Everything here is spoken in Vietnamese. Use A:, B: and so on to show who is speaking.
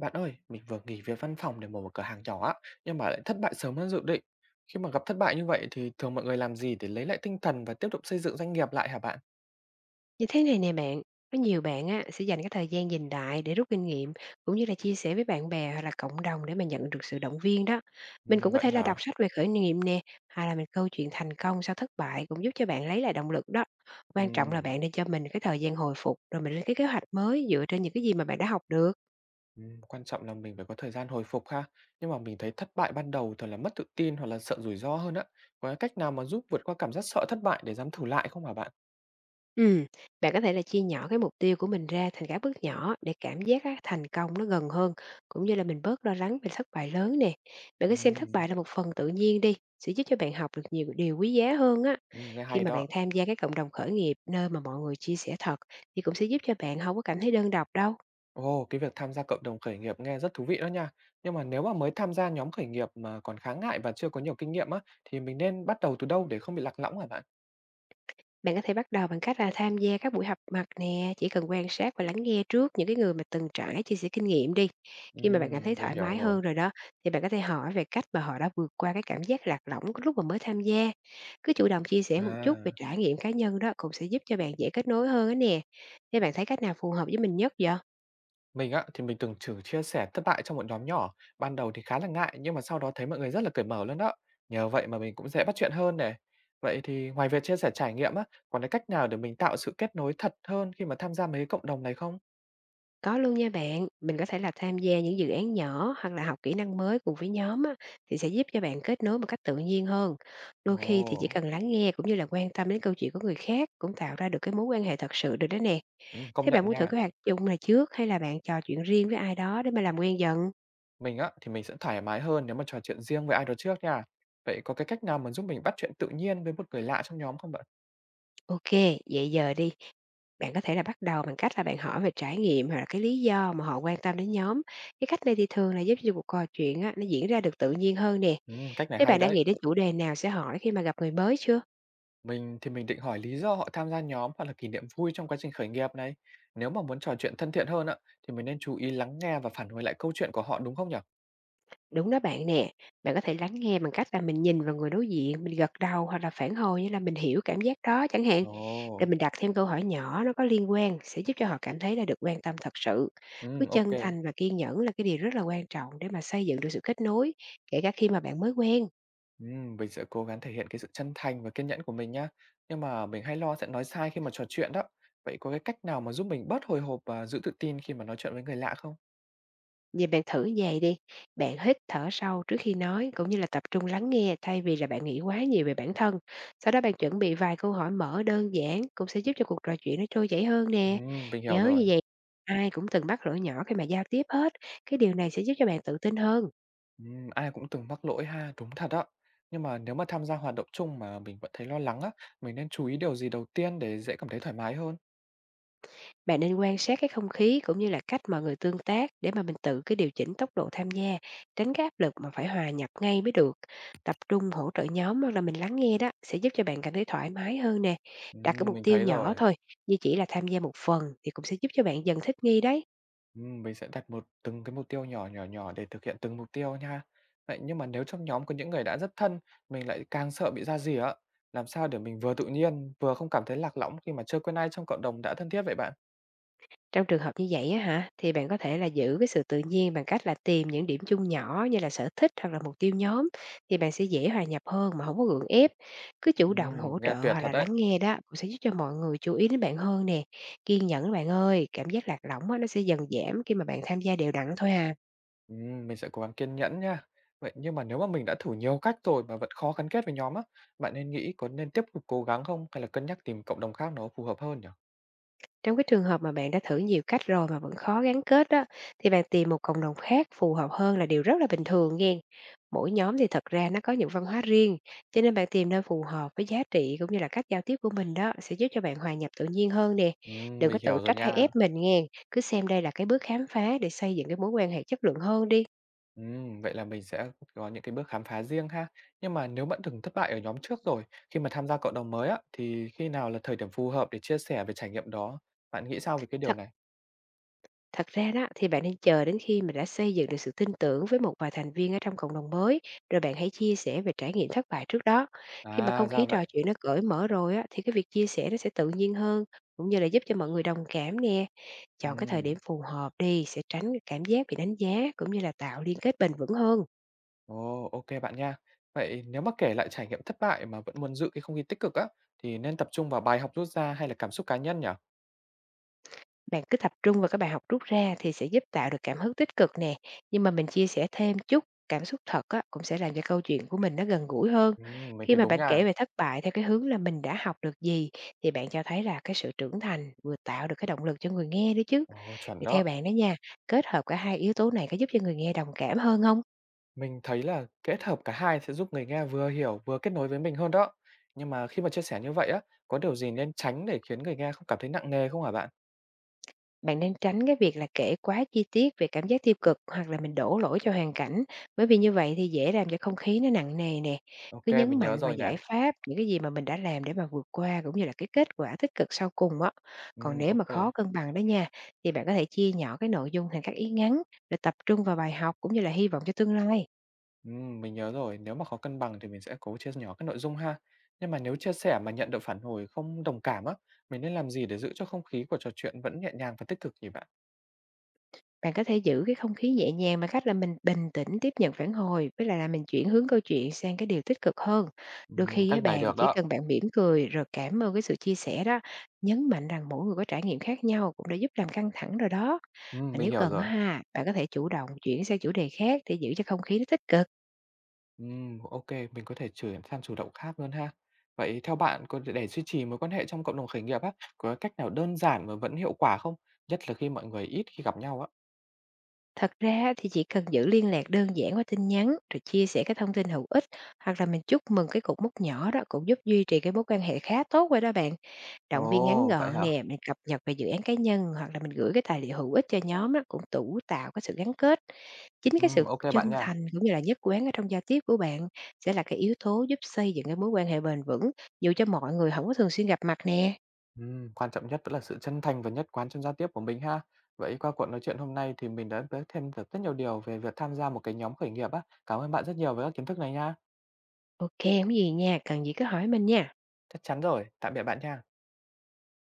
A: Bạn ơi, mình vừa nghỉ việc văn phòng để mở một cửa hàng nhỏ á, nhưng mà lại thất bại sớm hơn dự định. Khi mà gặp thất bại như vậy thì thường mọi người làm gì để lấy lại tinh thần và tiếp tục xây dựng doanh nghiệp lại hả bạn?
B: Như thế này nè bạn, có nhiều bạn á, sẽ dành cái thời gian nhìn lại để rút kinh nghiệm cũng như là chia sẻ với bạn bè hoặc là cộng đồng để mà nhận được sự động viên đó. Mình cũng có
A: Vậy
B: thể là
A: hả?
B: đọc sách về khởi nghiệp nè, hay là mình câu chuyện thành công sau thất bại cũng giúp cho bạn lấy lại động lực đó. Quan trọng là
A: Ừm,
B: bạn nên cho mình cái thời gian hồi phục rồi mình lên cái kế hoạch mới dựa trên những cái gì mà bạn đã học được.
A: ừm, quan trọng là mình phải có thời gian hồi phục ha. Nhưng mà mình thấy thất bại ban đầu thường là mất tự tin hoặc là sợ rủi ro hơn á. Có cái cách nào mà giúp vượt qua cảm giác sợ thất bại để dám thử lại không hả bạn?
B: Ừm, Bạn có thể là chia nhỏ cái mục tiêu của mình ra thành các bước nhỏ để cảm giác á, thành công nó gần hơn, cũng như là mình bớt lo lắng về thất bại lớn nè. Bạn cứ xem thất
A: Ừm,
B: bại là một phần tự nhiên đi, sẽ giúp cho bạn học được nhiều điều quý giá hơn á.
A: ừm, nghe
B: Khi
A: hay
B: mà bạn
A: đó.
B: tham gia cái cộng đồng khởi nghiệp nơi mà mọi người chia sẻ thật thì cũng sẽ giúp cho bạn không có cảm thấy đơn độc đâu.
A: Ồ, cái việc tham gia cộng đồng khởi nghiệp nghe rất thú vị đó nha. Nhưng mà nếu mà mới tham gia nhóm khởi nghiệp mà còn khá ngại và chưa có nhiều kinh nghiệm á, thì mình nên bắt đầu từ đâu để không bị lạc lõng hả bạn?
B: Bạn có thể bắt đầu bằng cách là tham gia các buổi họp mặt nè, chỉ cần quan sát và lắng nghe trước những cái người mà từng trải chia sẻ kinh nghiệm đi.
A: Ừ,
B: Khi mà bạn cảm thấy
A: mình
B: thoải
A: hiểu
B: mái
A: rồi.
B: hơn rồi đó, thì bạn có thể hỏi về cách mà họ đã vượt qua cái cảm giác lạc lõng lúc mà mới tham gia. Cứ chủ động chia sẻ một chút về
A: À,
B: trải nghiệm cá nhân đó cũng sẽ giúp cho bạn dễ kết nối hơn á nè. Thế bạn thấy cách nào phù hợp với mình nhất vậy?
A: mình á, thì mình từng thử chia sẻ thất bại trong một nhóm nhỏ. Ban đầu thì khá là ngại, nhưng mà sau đó thấy mọi người rất là cởi mở luôn đó. Nhờ vậy mà mình cũng dễ bắt chuyện hơn này. Vậy thì ngoài việc chia sẻ trải nghiệm á, còn cái cách nào để mình tạo sự kết nối thật hơn khi mà tham gia mấy cái cộng đồng này không?
B: Có luôn nha bạn, mình có thể là tham gia những dự án nhỏ hoặc là học kỹ năng mới cùng với nhóm á, thì sẽ giúp cho bạn kết nối một cách tự nhiên hơn. Đôi khi thì chỉ
A: Ồ,
B: cần lắng nghe cũng như là quan tâm đến câu chuyện của người khác cũng tạo ra được cái mối quan hệ thật sự được đó nè.
A: ừ, công
B: Thế bạn
A: nhận
B: muốn thử
A: nha.
B: cái hoạt dụng này trước hay là bạn trò chuyện riêng với ai đó để mà làm quen dần?
A: Mình á, thì mình sẽ thoải mái hơn nếu mà trò chuyện riêng với ai đó trước nha. Vậy có cái cách nào mà giúp mình bắt chuyện tự nhiên với một người lạ trong nhóm không bạn?
B: Ok, vậy giờ đi, bạn có thể là bắt đầu bằng cách là bạn hỏi về trải nghiệm hoặc là cái lý do mà họ quan tâm đến nhóm. Cái cách này thì thường là giúp cho cuộc trò chuyện á, nó diễn ra được tự nhiên hơn nè.
A: Cách này
B: Thế
A: hay
B: bạn đã
A: đấy.
B: nghĩ đến chủ đề nào sẽ hỏi khi mà gặp người mới chưa?
A: Mình thì mình định hỏi lý do họ tham gia nhóm hoặc là kỷ niệm vui trong quá trình khởi nghiệp này. Nếu mà muốn trò chuyện thân thiện hơn á, thì mình nên chú ý lắng nghe và phản hồi lại câu chuyện của họ đúng không nhỉ?
B: Đúng đó bạn nè, bạn có thể lắng nghe bằng cách là mình nhìn vào người đối diện, mình gật đầu hoặc là phản hồi như là mình hiểu cảm giác đó chẳng hạn. Rồi
A: Ồ,
B: mình đặt thêm câu hỏi nhỏ nó có liên quan sẽ giúp cho họ cảm thấy là được quan tâm thật sự. Cứ
A: ok.
B: chân thành và kiên nhẫn là cái điều rất là quan trọng để mà xây dựng được sự kết nối, kể cả khi mà bạn mới quen.
A: Mình sẽ cố gắng thể hiện cái sự chân thành và kiên nhẫn của mình nhá. Nhưng mà mình hay lo sẽ nói sai khi mà trò chuyện đó. Vậy có cái cách nào mà giúp mình bớt hồi hộp và giữ tự tin khi mà nói chuyện với người lạ không?
B: Vậy bạn thử vầy đi, bạn hít thở sâu trước khi nói, cũng như là tập trung lắng nghe thay vì là bạn nghĩ quá nhiều về bản thân. Sau đó bạn chuẩn bị vài câu hỏi mở đơn giản cũng sẽ giúp cho cuộc trò chuyện nó trôi chảy hơn nè.
A: Mình hiểu
B: Nhớ như
A: rồi.
B: vậy ai cũng từng mắc lỗi nhỏ khi mà giao tiếp hết, cái điều này sẽ giúp cho bạn tự tin hơn.
A: Ai cũng từng mắc lỗi ha, đúng thật á. Nhưng mà nếu mà tham gia hoạt động chung mà mình vẫn thấy lo lắng á, mình nên chú ý điều gì đầu tiên để dễ cảm thấy thoải mái hơn?
B: Bạn nên quan sát cái không khí cũng như là cách mọi người tương tác để mà mình tự cái điều chỉnh tốc độ tham gia, tránh cái áp lực mà phải hòa nhập ngay mới được. Tập trung hỗ trợ nhóm hoặc là mình lắng nghe đó sẽ giúp cho bạn cảm thấy thoải mái hơn nè. Đặt cái mục
A: Mình
B: tiêu
A: thấy
B: nhỏ
A: rồi.
B: thôi, như chỉ là tham gia một phần thì cũng sẽ giúp cho bạn dần thích nghi đấy.
A: Mình sẽ đặt một từng cái mục tiêu nhỏ nhỏ nhỏ để thực hiện từng mục tiêu nha. Vậy nhưng mà nếu trong nhóm có những người đã rất thân, mình lại càng sợ bị ra gì á, làm sao để mình vừa tự nhiên, vừa không cảm thấy lạc lõng khi mà chưa quen ai trong cộng đồng đã thân thiết vậy bạn?
B: Trong trường hợp như vậy á hả, thì bạn có thể là giữ cái sự tự nhiên bằng cách là tìm những điểm chung nhỏ như là sở thích hoặc là mục tiêu nhóm thì bạn sẽ dễ hòa nhập hơn mà không có gượng ép. Cứ chủ động hỗ trợ
A: Nghe tuyệt
B: hoặc
A: thật
B: là lắng
A: đấy.
B: nghe đó cũng sẽ giúp cho mọi người chú ý đến bạn hơn nè. Kiên nhẫn bạn ơi, cảm giác lạc lõng á, nó sẽ dần giảm khi mà bạn tham gia đều đặn thôi à.
A: Mình sẽ cố gắng kiên nhẫn nha. Vậy nhưng mà nếu mà mình đã thử nhiều cách rồi mà vẫn khó gắn kết với nhóm á, bạn nên nghĩ có nên tiếp tục cố gắng không hay là cân nhắc tìm cộng đồng khác nó phù hợp hơn nhỉ?
B: Trong cái trường hợp mà bạn đã thử nhiều cách rồi mà vẫn khó gắn kết đó, thì bạn tìm một cộng đồng khác phù hợp hơn là điều rất là bình thường nghe. Mỗi nhóm thì thật ra nó có những văn hóa riêng, cho nên bạn tìm nơi phù hợp với giá trị cũng như là cách giao tiếp của mình đó sẽ giúp cho bạn hòa nhập tự nhiên hơn nè. Đừng có
A: Mình
B: tự
A: hiểu rồi
B: trách hay ép
A: nha.
B: mình nghe, cứ xem đây là cái bước khám phá để xây dựng cái mối quan hệ chất lượng hơn đi.
A: Vậy là mình sẽ có những cái bước khám phá riêng ha. Nhưng mà nếu bạn từng thất bại ở nhóm trước rồi, khi mà tham gia cộng đồng mới á, thì khi nào là thời điểm phù hợp để chia sẻ về trải nghiệm đó? Bạn nghĩ sao về cái điều này?
B: Thật ra đó thì bạn nên chờ đến khi mình đã xây dựng được sự tin tưởng với một vài thành viên ở trong cộng đồng mới, rồi bạn hãy chia sẻ về trải nghiệm thất bại trước đó. Khi mà
A: À,
B: không
A: ra
B: khí
A: vậy.
B: trò chuyện nó cởi mở rồi á, thì cái việc chia sẻ nó sẽ tự nhiên hơn, cũng như là giúp cho mọi người đồng cảm nè. Chọn cái thời
A: Ừm.
B: điểm phù hợp đi sẽ tránh cái cảm giác bị đánh giá cũng như là tạo liên kết bền vững hơn.
A: Ồ, ô bạn nha. Vậy nếu mà kể lại trải nghiệm thất bại mà vẫn muốn giữ cái không khí tích cực á, thì nên tập trung vào bài học rút ra hay là cảm xúc cá nhân nhỉ?
B: Bạn cứ tập trung vào các bài học rút ra thì sẽ giúp tạo được cảm hứng tích cực nè. Nhưng mà mình chia sẻ thêm chút cảm xúc thật á, cũng sẽ làm cho câu chuyện của mình nó gần gũi hơn.
A: Mình
B: Khi
A: thấy
B: mà
A: đúng
B: bạn
A: nha.
B: kể về thất bại theo cái hướng là mình đã học được gì thì bạn cho thấy là cái sự trưởng thành vừa tạo được cái động lực cho người nghe nữa chứ.
A: Ồ, chuẩn
B: Thì theo
A: đó.
B: bạn đó nha, kết hợp cả hai yếu tố này có giúp cho người nghe đồng cảm hơn không?
A: Mình thấy là kết hợp cả hai sẽ giúp người nghe vừa hiểu vừa kết nối với mình hơn đó. Nhưng mà khi mà chia sẻ như vậy á, có điều gì nên tránh để khiến người nghe không cảm thấy nặng nề không hả bạn?
B: Bạn nên tránh cái việc là kể quá chi tiết về cảm giác tiêu cực hoặc là mình đổ lỗi cho hoàn cảnh, bởi vì như vậy thì dễ làm cho không khí nó nặng nề nè.
A: Ô,
B: Cứ nhấn
A: mình nhớ
B: mạnh vào
A: rồi nè.
B: giải pháp, những cái gì mà mình đã làm để mà vượt qua cũng như là cái kết quả tích cực sau cùng á. Còn nếu
A: Ô,
B: mà khó cân bằng đó nha, thì bạn có thể chia nhỏ cái nội dung thành các ý ngắn để tập trung vào bài học cũng như là hy vọng cho tương lai.
A: ừm, mình nhớ rồi, nếu mà khó cân bằng thì mình sẽ cố chia nhỏ các nội dung ha. Nhưng mà nếu chia sẻ mà nhận được phản hồi không đồng cảm á, mình nên làm gì để giữ cho không khí của trò chuyện vẫn nhẹ nhàng và tích cực nhỉ bạn?
B: Bạn có thể giữ cái không khí nhẹ nhàng bằng cách là mình bình tĩnh tiếp nhận phản hồi, với lại là mình chuyển hướng câu chuyện sang cái điều tích cực hơn. Đôi khi á
A: Cách này
B: bạn,
A: được
B: chỉ
A: đó.
B: cần bạn mỉm cười rồi cảm ơn cái sự chia sẻ đó, nhấn mạnh rằng mỗi người có trải nghiệm khác nhau cũng đã giúp làm căng thẳng rồi đó. Và
A: Mình
B: nếu
A: hiểu
B: cần á
A: rồi.
B: ha, bạn có thể chủ động chuyển sang chủ đề khác để giữ cho không khí nó tích cực.
A: Ok, mình có thể chuyển sang chủ động khác luôn ha. Vậy theo bạn, có để duy trì mối quan hệ trong cộng đồng khởi nghiệp á, có cách nào đơn giản mà vẫn hiệu quả không? Nhất là khi mọi người ít khi gặp nhau á.
B: Thật ra thì chỉ cần giữ liên lạc đơn giản qua tin nhắn rồi chia sẻ cái thông tin hữu ích hoặc là mình chúc mừng cái cột mốc nhỏ đó cũng giúp duy trì cái mối quan hệ khá tốt rồi đó bạn. Động viên ngắn
A: Ồ, vậy
B: gọn
A: hả?
B: nè, mình cập nhật về dự án cá nhân hoặc là mình gửi cái tài liệu hữu ích cho nhóm á, cũng tủ tạo cái sự gắn kết. Chính cái sự
A: Ok
B: chân
A: bạn nha.
B: thành cũng như là nhất quán ở trong giao tiếp của bạn sẽ là cái yếu tố giúp xây dựng cái mối quan hệ bền vững dù cho mọi người không có thường xuyên gặp mặt nè.
A: Quan trọng nhất vẫn là sự chân thành và nhất quán trong giao tiếp của mình ha. Vậy qua cuộc nói chuyện hôm nay thì mình đã biết thêm được rất nhiều điều về việc tham gia một cái nhóm khởi nghiệp á. Cảm ơn bạn rất nhiều với các kiến thức này nha.
B: Ok, không có gì nha, cần gì cứ hỏi mình nha.
A: Chắc chắn rồi, tạm biệt bạn nha.